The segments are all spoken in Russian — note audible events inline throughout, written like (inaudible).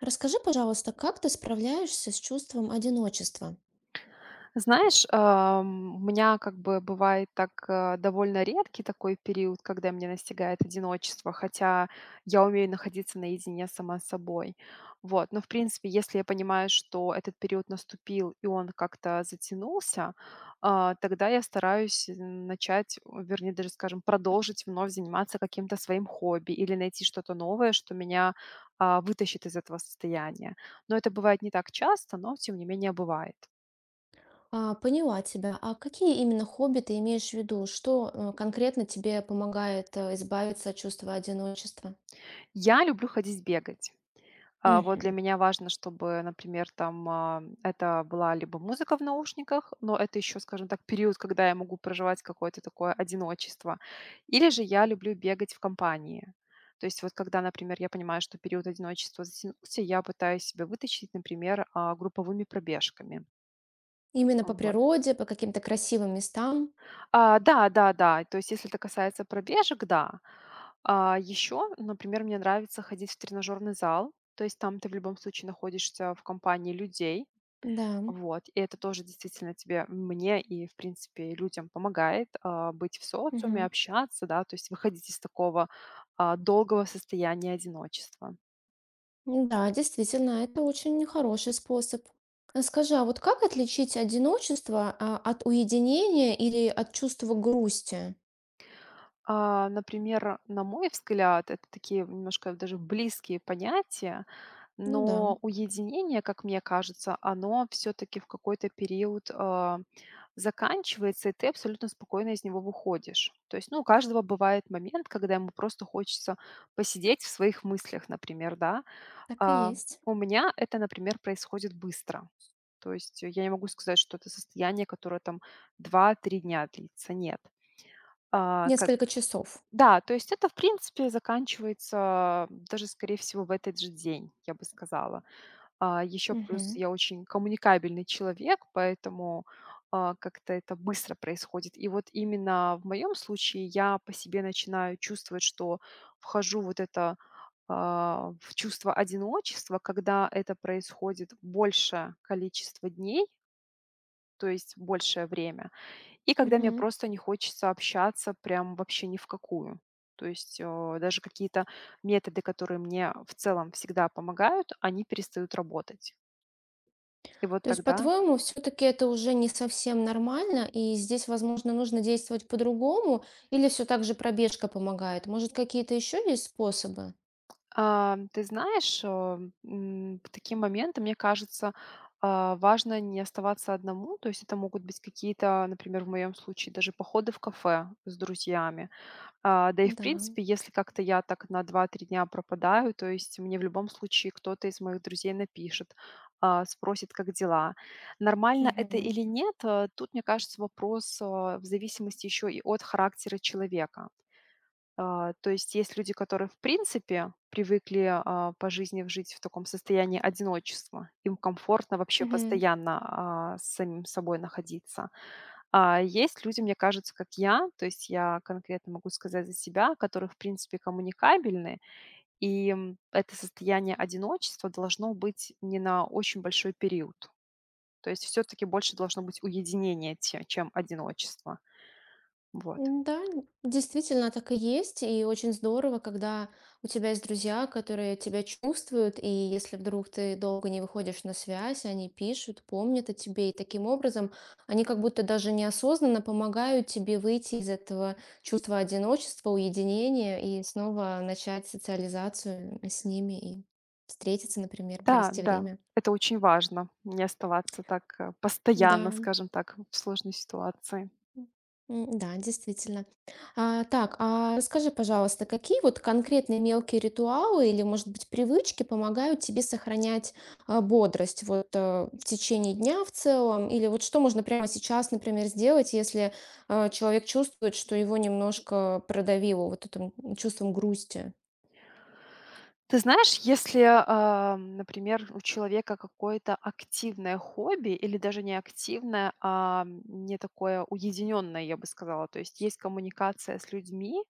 Расскажи, пожалуйста, как ты справляешься с чувством одиночества? Знаешь, у меня как бы бывает так, довольно редкий такой период, когда меня настигает одиночество, хотя я умею находиться наедине сама с собой. Вот. Но, в принципе, если я понимаю, что этот период наступил и он как-то затянулся, тогда я стараюсь начать, вернее, даже, скажем, продолжить вновь заниматься каким-то своим хобби или найти что-то новое, что меня вытащит из этого состояния. Но это бывает не так часто, но тем не менее бывает. А, поняла тебя. А какие именно хобби ты имеешь в виду? Что конкретно тебе помогает избавиться от чувства одиночества? Я люблю ходить бегать. Вот, Мгм. для меня важно, чтобы, например, там, это была либо музыка в наушниках, но это еще, скажем так, период, когда я могу проживать какое-то такое одиночество. Или же я люблю бегать в компании. То есть вот когда, например, я понимаю, что период одиночества затянулся, я пытаюсь себя вытащить, например, групповыми пробежками. Именно по Вот. природе, по каким-то красивым местам? Да, да, да. То есть если это касается пробежек, да. Еще, например, мне нравится ходить в тренажерный зал. То есть там ты в любом случае находишься в компании людей. Да. Вот. И это тоже действительно тебе, мне и, в принципе, людям помогает быть в социуме, Мгм. общаться, да, то есть выходить из такого долгого состояния одиночества. Ну да, действительно, это очень хороший способ. А скажи, а вот как отличить одиночество от уединения или от чувства грусти? Например, на мой взгляд, это такие немножко даже близкие понятия. Ну да, Но уединение, как мне кажется, оно все таки в какой-то период, заканчивается, и ты абсолютно спокойно из него выходишь. То есть, ну, у каждого бывает момент, когда ему просто хочется посидеть в своих мыслях, например, да. так и А, есть. у меня это, например, происходит быстро. То есть я не могу сказать, что это состояние, которое там 2-3 дня длится. Нет. А, как Несколько часов. да, то есть это, в принципе, заканчивается даже, скорее всего, в этот же день, я бы сказала. Еще плюс Мгм. я очень коммуникабельный человек, поэтому, как-то это быстро происходит. И вот именно в моем случае я по себе начинаю чувствовать, что вхожу вот это, в чувство одиночества, когда это происходит большее количество дней, то есть большее время, и когда мне Мгм. просто не хочется общаться прям вообще ни в какую. То есть, даже какие-то методы, которые мне в целом всегда помогают, они перестают работать. И вот То есть, тогда, по-твоему, все-таки это уже не совсем нормально, и здесь, возможно, нужно действовать по-другому, или все так же пробежка помогает? Может, какие-то еще есть способы? Ты знаешь, к таким моментам, мне кажется, важно не оставаться одному. То есть это могут быть какие-то, например, в моем случае даже походы в кафе с друзьями. Да и в Да. принципе, если как-то я так на 2-3 дня пропадаю, то есть мне в любом случае кто-то из моих друзей напишет, спросит, как дела. Нормально это Мгм. или нет, тут, мне кажется, вопрос, в зависимости еще и от характера человека. То есть есть люди, которые, в принципе, привыкли, по жизни в жить в таком состоянии одиночества. Им комфортно вообще Мгм. постоянно, с самим собой находиться. А есть люди, мне кажется, как я, то есть я конкретно могу сказать за себя, которые, в принципе, коммуникабельны, и это состояние одиночества должно быть не на очень большой период. То есть все таки больше должно быть уединение, те чем одиночество. Вот. Да, действительно так и есть, и очень здорово, когда у тебя есть друзья, которые тебя чувствуют, и если вдруг ты долго не выходишь на связь, они пишут, помнят о тебе, и таким образом они как будто даже неосознанно помогают тебе выйти из этого чувства одиночества, уединения и снова начать социализацию с ними и встретиться, например, Да, провести да, время. это очень важно, не оставаться так, Да, постоянно, скажем так, в сложной ситуации. М, да, действительно. А, так, а расскажи, пожалуйста, какие вот конкретные мелкие ритуалы или, может быть, привычки помогают тебе сохранять, бодрость вот, в течение дня в целом? Или вот что можно прямо сейчас, например, сделать, если, человек чувствует, что его немножко продавило вот этим чувством грусти? Ты знаешь, если, например, у человека какое-то активное хобби или даже не активное, а не такое уединенное, я бы сказала, то есть есть коммуникация с людьми,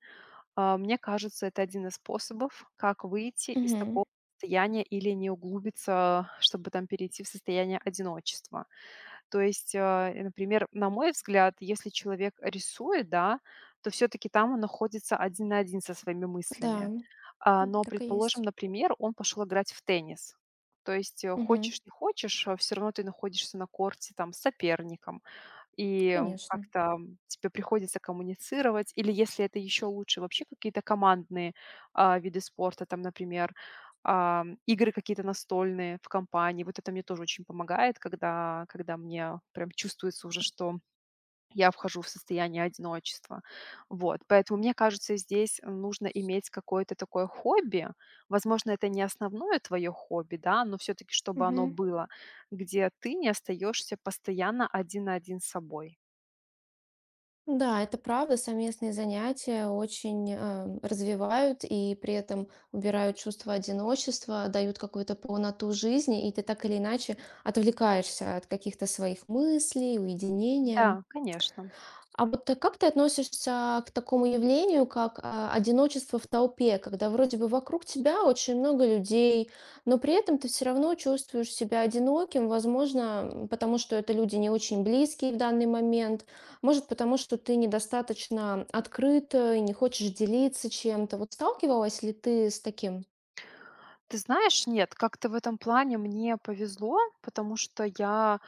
мне кажется, это один из способов, как выйти из Мгм. такого состояния или не углубиться, чтобы там перейти в состояние одиночества. То есть, например, на мой взгляд, если человек рисует, да, то все-таки там он находится один на один со своими Да, мыслями. Но, так и предположим, есть. например, он пошел играть в теннис. То есть Мгм. хочешь, не хочешь, все равно ты находишься на корте там с соперником, и Конечно. как-то тебе приходится коммуницировать, или если это еще лучше, вообще какие-то командные виды спорта, там, например, игры какие-то настольные в компании. Вот это мне тоже очень помогает, когда мне прям чувствуется уже, что я вхожу в состояние одиночества. Вот. Поэтому, мне кажется, здесь нужно иметь какое-то такое хобби. Возможно, это не основное твое хобби, да, но все-таки, чтобы оно было, где ты не остаешься постоянно один на один с собой. Да, это правда. Совместные занятия очень развивают и при этом убирают чувство одиночества, дают какую-то полноту жизни, и ты так или иначе отвлекаешься от каких-то своих мыслей, уединения. Да, конечно. А вот ты как ты относишься к такому явлению, как, одиночество в толпе, когда вроде бы вокруг тебя очень много людей, но при этом ты все равно чувствуешь себя одиноким, возможно, потому что это люди не очень близкие в данный момент, может, потому что ты недостаточно открыт, и не хочешь делиться чем-то. Вот сталкивалась ли ты с таким? Ты знаешь, нет, как-то в этом плане мне повезло, потому что я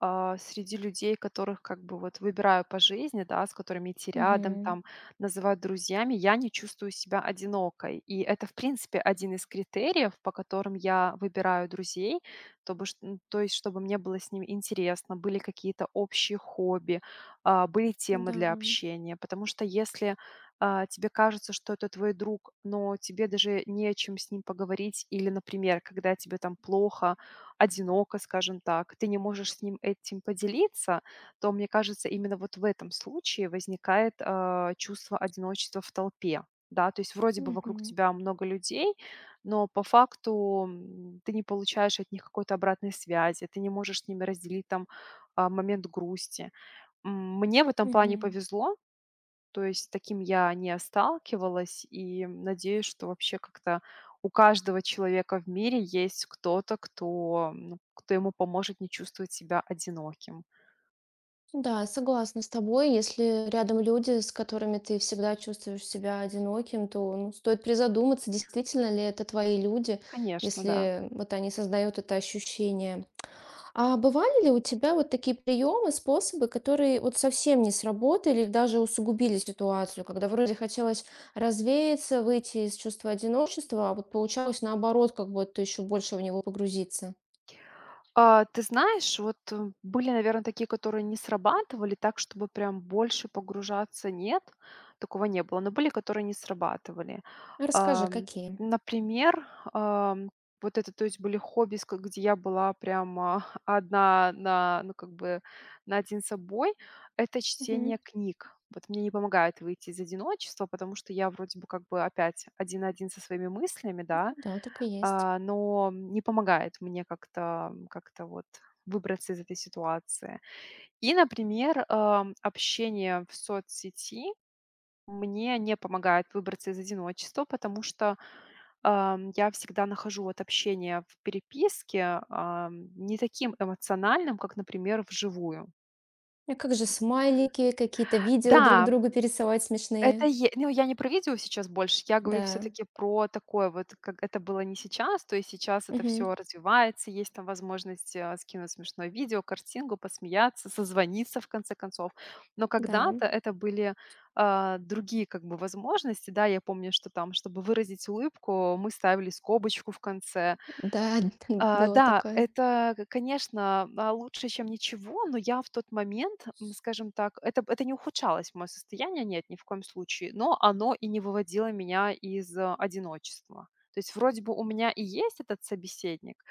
среди людей, которых как бы вот выбираю по жизни, да, с которыми идти рядом, Мгм. там, называют друзьями, я не чувствую себя одинокой. И это, в принципе, один из критериев, по которым я выбираю друзей, то, бы, ш- м, то есть, чтобы мне было с ними интересно, были какие-то общие хобби, были темы Да. для общения. Потому что если тебе кажется, что это твой друг, но тебе даже не о чем с ним поговорить. Или, например, когда тебе там плохо, одиноко, скажем так, ты не можешь с ним этим поделиться, то, мне кажется, именно вот в этом случае возникает чувство одиночества в толпе. Да, то есть вроде бы вокруг Мгм. тебя много людей, но по факту ты не получаешь от них какой-то обратной связи, ты не можешь с ними разделить там момент грусти. Мне в этом плане Мгм. повезло, то есть с таким я не сталкивалась, и надеюсь, что вообще как-то у каждого человека в мире есть кто-то, кто, ну, кто ему поможет не чувствовать себя одиноким. Да, согласна с тобой. Если рядом люди, с которыми ты всегда чувствуешь себя одиноким, то ну, стоит призадуматься, действительно ли это твои люди, Конечно, да. если вот они создают это ощущение. А бывали ли у тебя вот такие приемы, способы, которые вот совсем не сработали, или даже усугубили ситуацию, когда вроде хотелось развеяться, выйти из чувства одиночества, а вот получалось наоборот, как будто еще больше в него погрузиться? Ты знаешь, вот, были, наверное, такие, которые не срабатывали так, чтобы прям больше погружаться, нет, такого не было, но были, которые не срабатывали. А расскажи, Ам, какие? Например, ам, вот это, то есть были хобби, с ск где я была прямо (laughs) одна ну, как бы наодин с собой. Это Мгм. чтение книг. Вот мне не помогает выйти из одиночества, потому что я вроде бы как бы опять один на один со своими мыслями, да. Да, так и есть. Но не помогает мне как-то вот выбраться из этой ситуации. И, например, общение в соцсети мне не помогает выбраться из одиночества, потому что, я всегда нахожу вот общение в переписке, не таким эмоциональным, как, например, вживую. А как же смайлики, какие-то видео друг Да, другу пересылать Это смешные? е ну, я не про видео сейчас больше, я говорю все Да. таки про такое вот, как это было не сейчас, то есть сейчас это Мгм. все развивается, есть там возможность, скинуть смешное видео, картинку, посмеяться, созвониться в конце концов. Но Да. когда-то это были, другие как бы возможности. Да, я помню, что там, чтобы выразить улыбку, мы ставили скобочку в конце, Да, (laughs) было да, такое. это, к конечно, лучше, чем ничего, но я в тот момент, скажем так, это не ухудшалось мое состояние, нет, ни в коем случае, но оно и не выводило меня из одиночества. То есть вроде бы у меня и есть этот собеседник,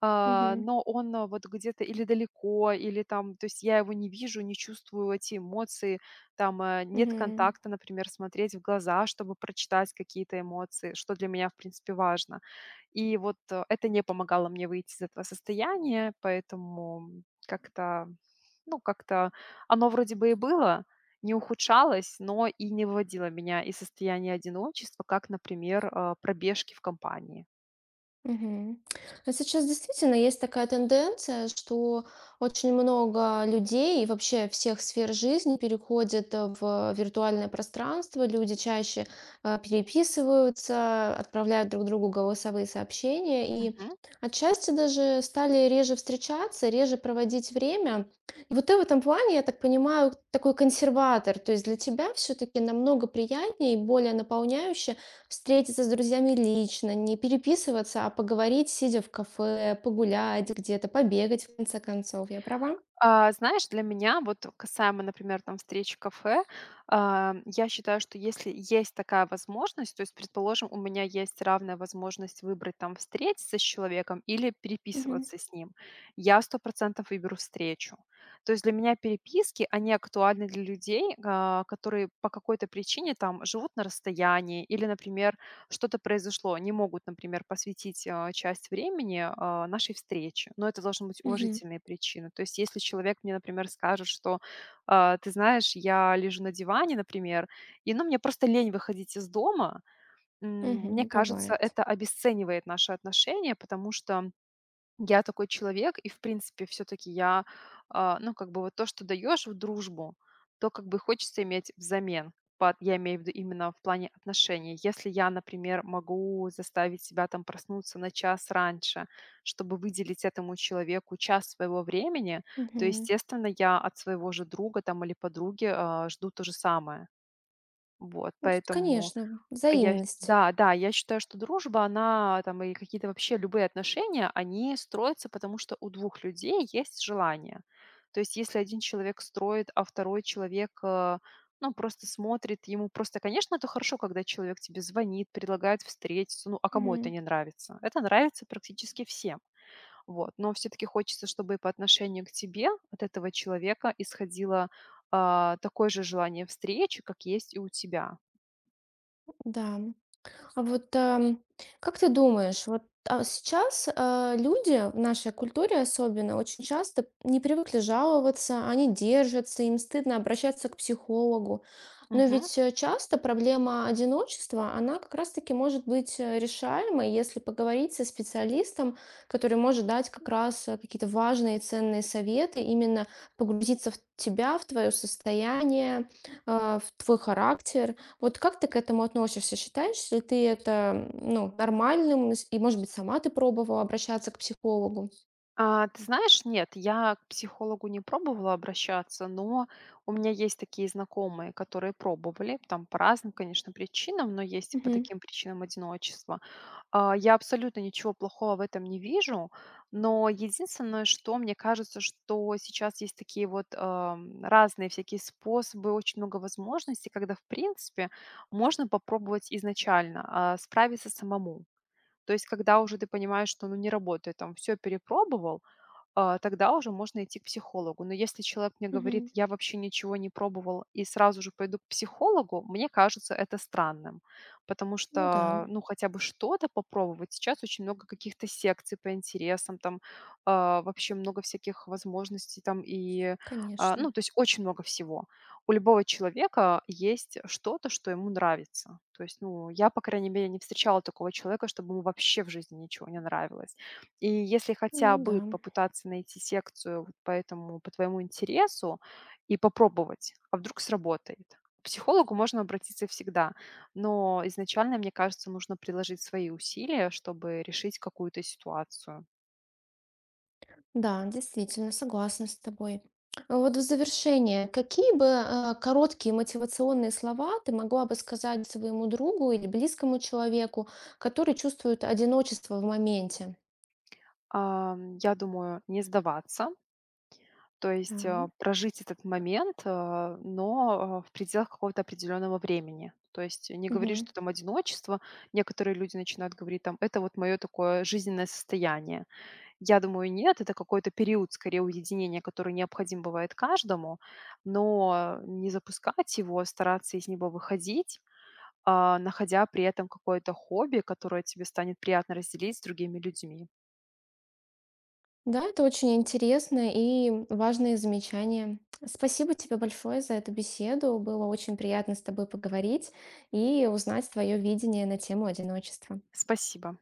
Мгм. но он, вот где-то или далеко, или там, то есть я его не вижу, не чувствую эти эмоции, там, нет Мгм. контакта, например, смотреть в глаза, чтобы прочитать какие-то эмоции, что для меня, в принципе, важно. И вот, это не помогало мне выйти из этого состояния, поэтому как-то, ну, как-то оно вроде бы и было, не ухудшалось, но и не выводило меня из состояния одиночества, как, например, пробежки в компании. Мгм. А сейчас действительно есть такая тенденция, что очень много людей и вообще всех сфер жизни переходят в виртуальное пространство. Люди чаще переписываются, отправляют друг другу голосовые сообщения и отчасти даже стали реже встречаться, реже проводить время. И вот ты в этом плане, я так понимаю, такой консерватор. То есть для тебя все-таки намного приятнее и более наполняюще встретиться с друзьями лично, не переписываться, а поговорить, сидя в кафе, погулять где-то, побегать, в конце концов. Я права? Знаешь, для меня, вот касаемо, например, там встреч в кафе, я считаю, что если есть такая возможность, то есть, предположим, у меня есть равная возможность выбрать там встретиться с человеком или Мгм. переписываться с ним, я 100% выберу встречу. То есть для меня переписки, они актуальны для людей, которые по какой-то причине там живут на расстоянии или, например, что-то произошло, они могут, например, посвятить часть времени нашей встрече, но это должны быть Мгм. уважительные причины. То есть если человек мне, например, скажет, что ты знаешь, я лежу на диване, например, и ну, мне просто лень выходить из дома, мне Мгм. кажется, Бывает. это обесценивает наши отношения, потому что я такой человек, и в принципе все-таки я, ну, как бы вот то, что даешь в дружбу, то как бы хочется иметь взамен. Я имею в виду именно в плане отношений. Если я, например, могу заставить себя там проснуться на час раньше, чтобы выделить этому человеку час своего времени, то, Мгм. естественно, я от своего же друга там или подруги жду то же самое. Вот, Ну, с поэтому конечно, я с взаимность. да, да, я считаю, что дружба, она там и какие-то вообще любые отношения, они строятся, потому что у двух людей есть желание. То есть если один человек строит, а второй человек, ну, просто смотрит, ему просто, конечно, это хорошо, когда человек тебе звонит, предлагает встретиться. Ну, а кому это Мгм. не нравится? Это нравится практически всем. Вот, но все таки хочется, чтобы и по отношению к тебе от этого человека исходило, такое же желание встречи, как есть и у тебя. Да. А вот, как ты думаешь, вот, сейчас, люди в нашей культуре особенно очень часто не привыкли жаловаться, они держатся, им стыдно обращаться к психологу. Но Мгм. ведь, часто проблема одиночества, она как раз таки может быть, решаемой, если поговорить со специалистом, который может дать как раз, какие-то важные и ценные советы, именно погрузиться в тебя, в твое состояние, в твой характер. Вот как ты к этому относишься? Считаешь ли ты это, ну, нормальным? И, может быть, сама ты пробовала обращаться к психологу? Ты знаешь, нет, я к психологу не пробовала обращаться, но у меня есть такие знакомые, которые пробовали, там по разным, конечно, причинам, но есть и по Мгм. таким причинам одиночества. Я абсолютно ничего плохого в этом не вижу, но единственное, что мне кажется, что сейчас есть такие вот разные всякие способы, очень много возможностей, когда, в принципе, можно попробовать изначально справиться самому. То есть, когда уже ты понимаешь, что ну, не работает, там все перепробовал, тогда уже можно идти к психологу. Но если человек мне говорит: Мгм. "Я вообще ничего не пробовал и сразу же пойду к психологу", мне кажется это странным, потому Ну да, что, ну, хотя бы что-то попробовать. Сейчас очень много каких-то секций по интересам, там, вообще много всяких возможностей там и, конечно. ну, то есть очень много всего. У любого человека есть что-то, что ему нравится. То есть, ну, я, по крайней мере, не встречала такого человека, чтобы ему вообще в жизни ничего не нравилось. И если хотя Ну да. бы попытаться найти секцию вот по этому, по твоему интересу и попробовать, а вдруг сработает. К психологу можно обратиться всегда, но изначально, мне кажется, нужно приложить свои усилия, чтобы решить какую-то ситуацию. Да, действительно, согласна с тобой. А вот в завершение, какие бы короткие мотивационные слова ты могла бы сказать своему другу или близкому человеку, который чувствует одиночество в моменте? Я думаю, не сдаваться, то есть прожить этот момент, но в пределах какого-то определенного времени. То есть не Да. говорить, что там одиночество. Некоторые люди начинают говорить там, это вот мое такое жизненное состояние. Я думаю, нет. Это какой-то период, скорее, уединения, который необходим бывает каждому. Но не запускать его, стараться из него выходить, находя при этом какое-то хобби, которое тебе станет приятно разделить с другими людьми. Да, это очень интересно и важные замечания. Спасибо тебе большое за эту беседу. Было очень приятно с тобой поговорить и узнать твое видение на тему одиночества. Спасибо.